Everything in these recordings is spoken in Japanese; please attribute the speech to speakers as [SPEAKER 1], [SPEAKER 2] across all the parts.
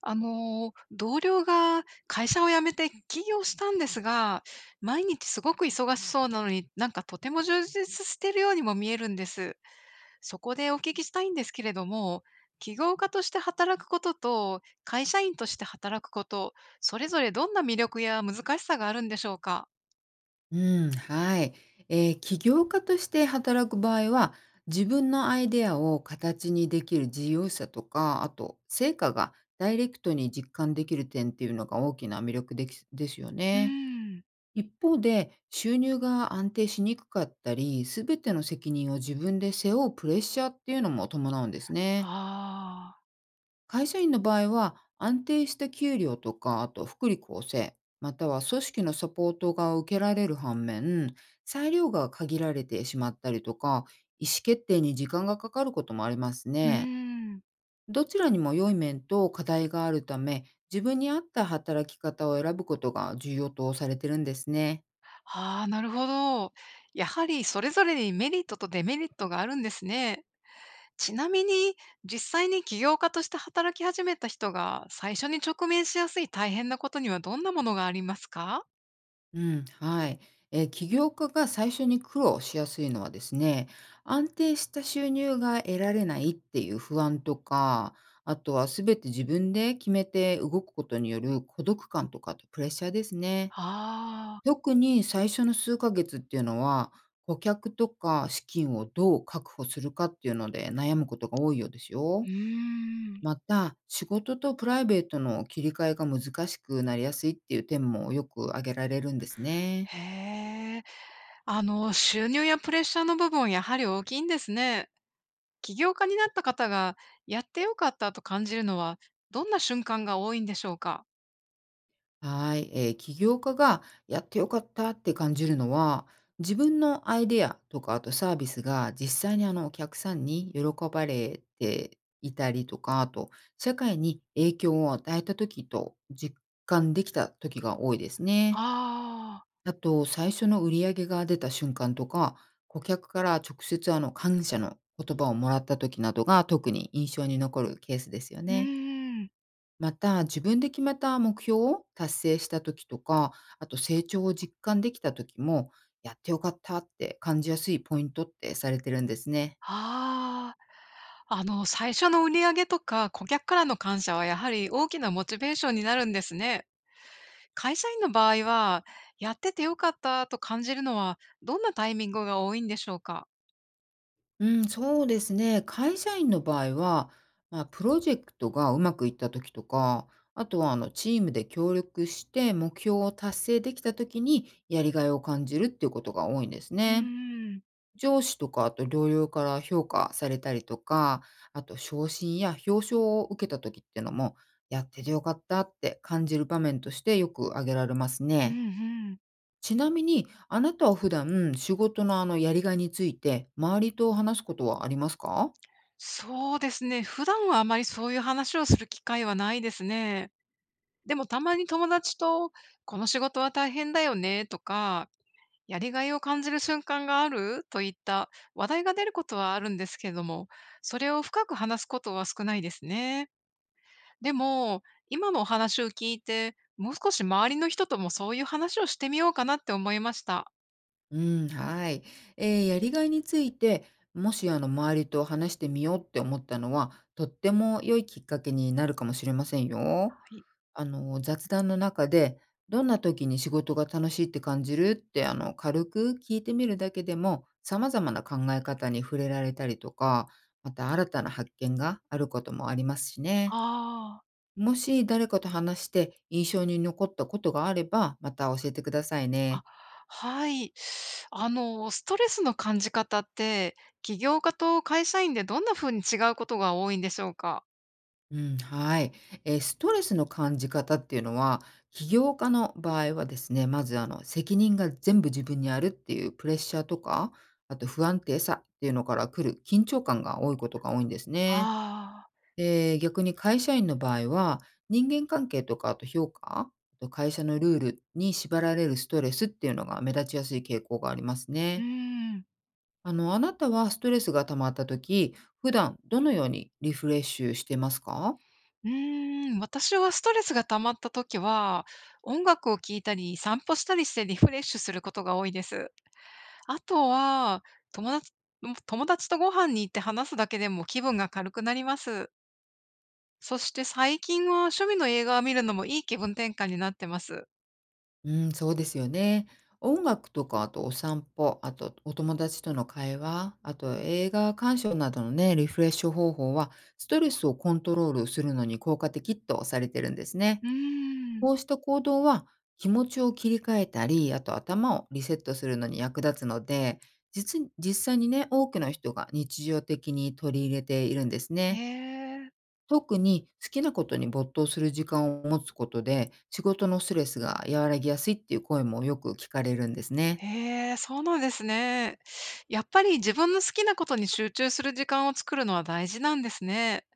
[SPEAKER 1] 同僚が会社を辞めて起業したんですが、毎日すごく忙しそうなのに、なんかとても充実しているようにも見えるんです。そこでお聞きしたいんですけれども、起業家として働くことと会社員として働くこと、それぞれどんな魅力や難しさがあるんでしょうか？
[SPEAKER 2] うん、はい。起業家として働く場合は、自分のアイデアを形にできる自由さとか、あと、成果がダイレクトに実感できる点っていうのが大きな魅力できですよ
[SPEAKER 1] う
[SPEAKER 2] ね。
[SPEAKER 1] ーん。
[SPEAKER 2] 一方で、収入が安定しにくかったり、すべての責任を自分で背負うプレッシャーっていうのも伴うんですね。
[SPEAKER 1] ああ、
[SPEAKER 2] 会社員の場合は、安定した給料とか、あと福利厚生、または組織のサポートが受けられる反面、裁量が限られてしまったりとか、意思決定に時間がかかることもあります
[SPEAKER 1] うー
[SPEAKER 2] ね。
[SPEAKER 1] ん。
[SPEAKER 2] どちらにも良い面と課題があるため、自分に合った働き方を選ぶことが重要とされてるんですね。
[SPEAKER 1] ああ、なるほど。やはりそれぞれにメリットとデメリットがあるんですね。ちなみに、実際に起業家として働き始めた人が、最初に直面しやすい大変なことにはどんなものがありますか？
[SPEAKER 2] うん、はい。起業家が最初に苦労しやすいのはですね、安定した収入が得られないっていう不安とか、あとは全て自分で決めて動くことによる孤独感とかあとプレッシャーですね。
[SPEAKER 1] ああ
[SPEAKER 2] 特に最初の数ヶ月っていうのは、顧客とか資金をどう確保するかっていうので悩むことが多いようですよ。
[SPEAKER 1] ー、うーん。
[SPEAKER 2] また、仕事とプライベートの切り替えが難しくなりやすいっていう点もよく挙げられるんですね。
[SPEAKER 1] へえ。収入やプレッシャーの部分はやはり大きいんですね。起業家になった方が、やってよかったと感じるのは、どんな瞬間が多いんでしょうか？
[SPEAKER 2] はい、起業家がやってよかったって感じるのは、自分のアイデアとか、あとサービスが実際にお客さんに喜ばれていたりとか、あと社会に影響を与えた時と実感できた時が多いですね。
[SPEAKER 1] ああ、
[SPEAKER 2] あと、最初の売り上げが出た瞬間とか、顧客から直接感謝の言葉をもらった時などが特に印象に残るケースですよ
[SPEAKER 1] う
[SPEAKER 2] ね。
[SPEAKER 1] ーん。
[SPEAKER 2] また、自分で決めた目標を達成した時とか、あと成長を実感できた時も、やってよかったって感じやすいポイントってされてるんですね。
[SPEAKER 1] ああ、最初の売り上げとか、顧客からの感謝はやはり大きなモチベーションになるんですね。会社員の場合は、やってて良かったと感じるのは、どんなタイミングが多いんでしょうか？
[SPEAKER 2] うん、そうですね。会社員の場合は、まあ、プロジェクトがうまくいった時とか、あとはチームで協力して目標を達成できた時にやりがいを感じるっていうことが多いんです
[SPEAKER 1] う
[SPEAKER 2] ね。
[SPEAKER 1] ーん。
[SPEAKER 2] 上司とか、あと同僚から評価されたりとか、あと昇進や表彰を受けた時ってのも、やっててよかったって感じる場面としてよく挙げられます
[SPEAKER 1] う
[SPEAKER 2] ね。
[SPEAKER 1] んうん。
[SPEAKER 2] ちなみに、あなたは普段仕事のやりがいについて、周りと話すことはありますか？
[SPEAKER 1] そうですね、普段はあまりそういう話をする機会はないですね。でもたまに友達と、この仕事は大変だよねとか、やりがいを感じる瞬間があるといった話題が出ることはあるんですけれども、それを深く話すことは少ないですね。でも、今のお話を聞いて、もう少し周りの人ともそういう話をしてみようかなって思いました。
[SPEAKER 2] うん、はい。ええ、やりがいについて、もし周りと話してみようって思ったのは、とっても良いきっかけになるかもしれませんよ。
[SPEAKER 1] はい。
[SPEAKER 2] あの、雑談の中で、どんな時に仕事が楽しいって感じるって、あの、軽く聞いてみるだけでも、様々な考え方に触れられたりとか、また新たな発見があることもありますしね。
[SPEAKER 1] あ
[SPEAKER 2] もし誰かと話して印象に残ったことがあれば、また教えてください
[SPEAKER 1] あ、
[SPEAKER 2] ね。
[SPEAKER 1] あ、はい。ストレスの感じ方って、起業家と会社員でどんな風に違うことが多いんでしょうか？
[SPEAKER 2] うん、はい。ストレスの感じ方っていうのは、起業家の場合はですね、まず責任が全部自分にあるっていうプレッシャーとか、あと不安定さっていうのから来る緊張感が多いことが多いんですね。
[SPEAKER 1] ああ、
[SPEAKER 2] で、逆に会社員の場合は、人間関係とかあと評価、あと会社のルールに縛られるストレスっていうのが目立ちやすい傾向があります
[SPEAKER 1] うー
[SPEAKER 2] ね。
[SPEAKER 1] ん。
[SPEAKER 2] あの、あなたはストレスが溜まった時、普段どのようにリフレッシュしてますか。
[SPEAKER 1] うーん、私はストレスが溜まった時は、音楽を聴いたり、散歩したりしてリフレッシュすることが多いです。あとは、友達友達とご飯に行って話すだけでも気分が軽くなります。そして最近は趣味の映画を見るのもいい気分転換になってます。
[SPEAKER 2] うん、そうですよね。音楽とか、あとお散歩、あとお友達との会話、あと映画鑑賞などのね、リフレッシュ方法は、ストレスをコントロールするのに効果的とされてるんですね。
[SPEAKER 1] うーん。
[SPEAKER 2] こうした行動は、気持ちを切り替えたり、あと頭をリセットするのに役立つので、実際にね、多くの人が日常的に取り入れているんです
[SPEAKER 1] え
[SPEAKER 2] ね。
[SPEAKER 1] え。
[SPEAKER 2] 特に好きなことに没頭する時間を持つことで、仕事のストレスが和らぎやすいっていう声もよく聞かれるんですね。
[SPEAKER 1] へえ、そうなんですね。やっぱり自分の好きなことに集中する時間を作るのは大事なんですね。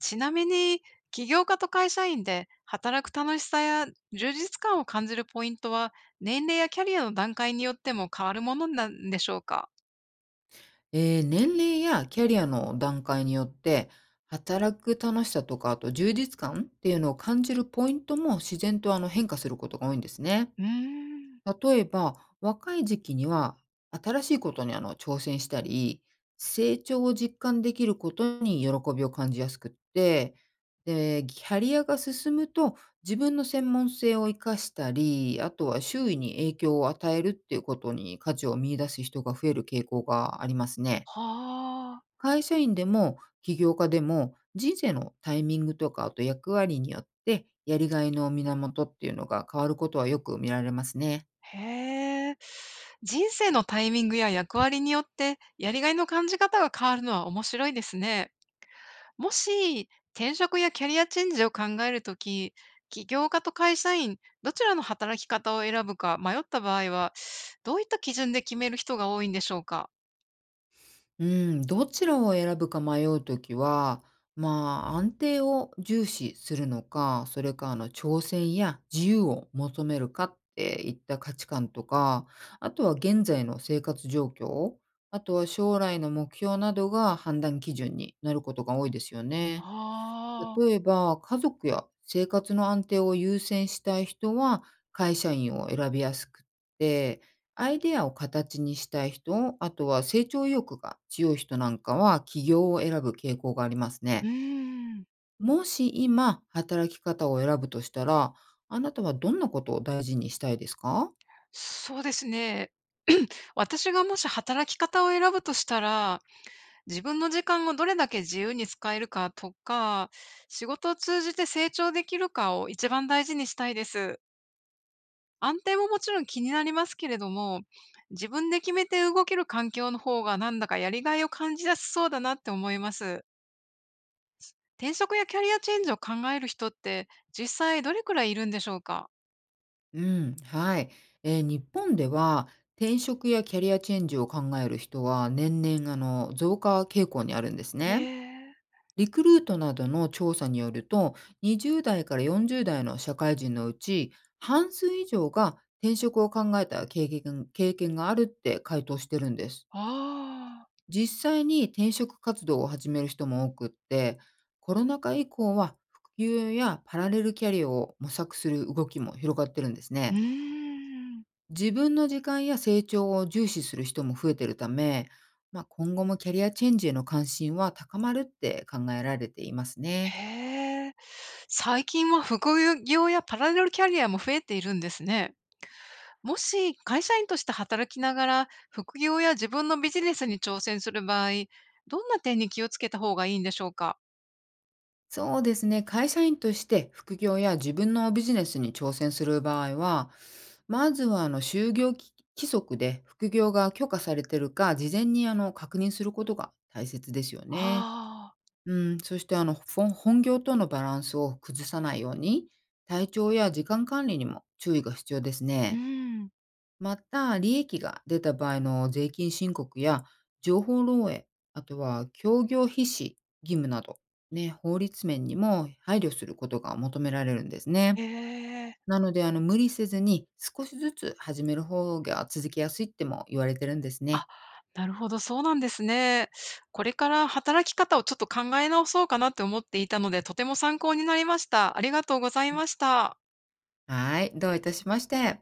[SPEAKER 1] ちなみに、起業家と会社員で働く楽しさや充実感を感じるポイントは、年齢やキャリアの段階によっても変わるものなんでしょうか？
[SPEAKER 2] 年齢やキャリアの段階によって、働く楽しさとか、あと充実感っていうのを感じるポイントも自然と変化することが多いんですね。
[SPEAKER 1] うーん、
[SPEAKER 2] 例えば、若い時期には新しいことに挑戦したり、成長を実感できることに喜びを感じやすくって、で、キャリアが進むと自分の専門性を生かしたり、あとは周囲に影響を与えるっていうことに価値を見出す人が増える傾向がありますね。
[SPEAKER 1] はあ、
[SPEAKER 2] 会社員でも起業家でも人生のタイミングとかあと役割によってやりがいの源っていうのが変わることはよく見られますね。
[SPEAKER 1] へえ。人生のタイミングや役割によって、やりがいの感じ方が変わるのは面白いですね。もし、転職やキャリアチェンジを考えるとき、起業家と会社員、どちらの働き方を選ぶか迷った場合は、どういった基準で決める人が多いんでしょうか？
[SPEAKER 2] うん、どちらを選ぶか迷うときは、まあ、安定を重視するのか、それか、あの、挑戦や自由を求めるかっていった価値観とか、あとは現在の生活状況、あとは将来の目標などが判断基準になることが多いですよね。
[SPEAKER 1] はあ、
[SPEAKER 2] 例えば、家族や生活の安定を優先したい人は会社員を選びやすくって、アイデアを形にしたい人、あとは成長意欲が強い人なんかは起業を選ぶ傾向があります
[SPEAKER 1] う
[SPEAKER 2] ね。
[SPEAKER 1] ーん。
[SPEAKER 2] もし今、働き方を選ぶとしたら、あなたはどんなことを大事にしたいですか。
[SPEAKER 1] そうですね。私がもし働き方を選ぶとしたら自分の時間をどれだけ自由に使えるかとか、仕事を通じて成長できるかを一番大事にしたいです。安定ももちろん気になりますけれども、自分で決めて動ける環境の方がなんだかやりがいを感じやすそうだなって思います。転職やキャリアチェンジを考える人って実際どれくらいいるんでしょうか。
[SPEAKER 2] うん、はい。日本では転職やキャリアチェンジを考える人は年々増加傾向にあるんです
[SPEAKER 1] へ
[SPEAKER 2] ね。
[SPEAKER 1] え、
[SPEAKER 2] リクルートなどの調査によると、20代から40代の社会人のうち、半数以上が転職を考えた経験があるって回答してるんです。
[SPEAKER 1] ああ、
[SPEAKER 2] 実際に転職活動を始める人も多くって、コロナ禍以降は副業やパラレルキャリアを模索する動きも広がってるんです
[SPEAKER 1] う
[SPEAKER 2] ね。
[SPEAKER 1] ーん。
[SPEAKER 2] 自分の時間や成長を重視する人も増えてるため、まあ、今後もキャリアチェンジへの関心は高まるって考えられていますね。
[SPEAKER 1] へえ、最近は副業やパラレルキャリアも増えているんですね。もし会社員として働きながら、副業や自分のビジネスに挑戦する場合、どんな点に気をつけた方がいいんでしょうか？
[SPEAKER 2] そうですね。会社員として副業や自分のビジネスに挑戦する場合は、まずは就業規則で副業が許可されてるか、事前に確認することが大切ですよね。
[SPEAKER 1] ああ、
[SPEAKER 2] うん、そして本業とのバランスを崩さないように、体調や時間管理にも注意が必要です
[SPEAKER 1] う
[SPEAKER 2] ね。
[SPEAKER 1] ん。
[SPEAKER 2] また、利益が出た場合の税金申告や情報漏洩、あとは協業必至義務など、ね、法律面にも配慮することが求められるんです
[SPEAKER 1] え
[SPEAKER 2] ね。
[SPEAKER 1] え。
[SPEAKER 2] なので、無理せずに少しずつ始める方が続きやすいっても言われてるんです
[SPEAKER 1] あ、
[SPEAKER 2] ね。
[SPEAKER 1] なるほど、そうなんですね。これから働き方をちょっと考え直そうかなって思っていたので、とても参考になりました。ありがとうございました。
[SPEAKER 2] はい、どういたしまして。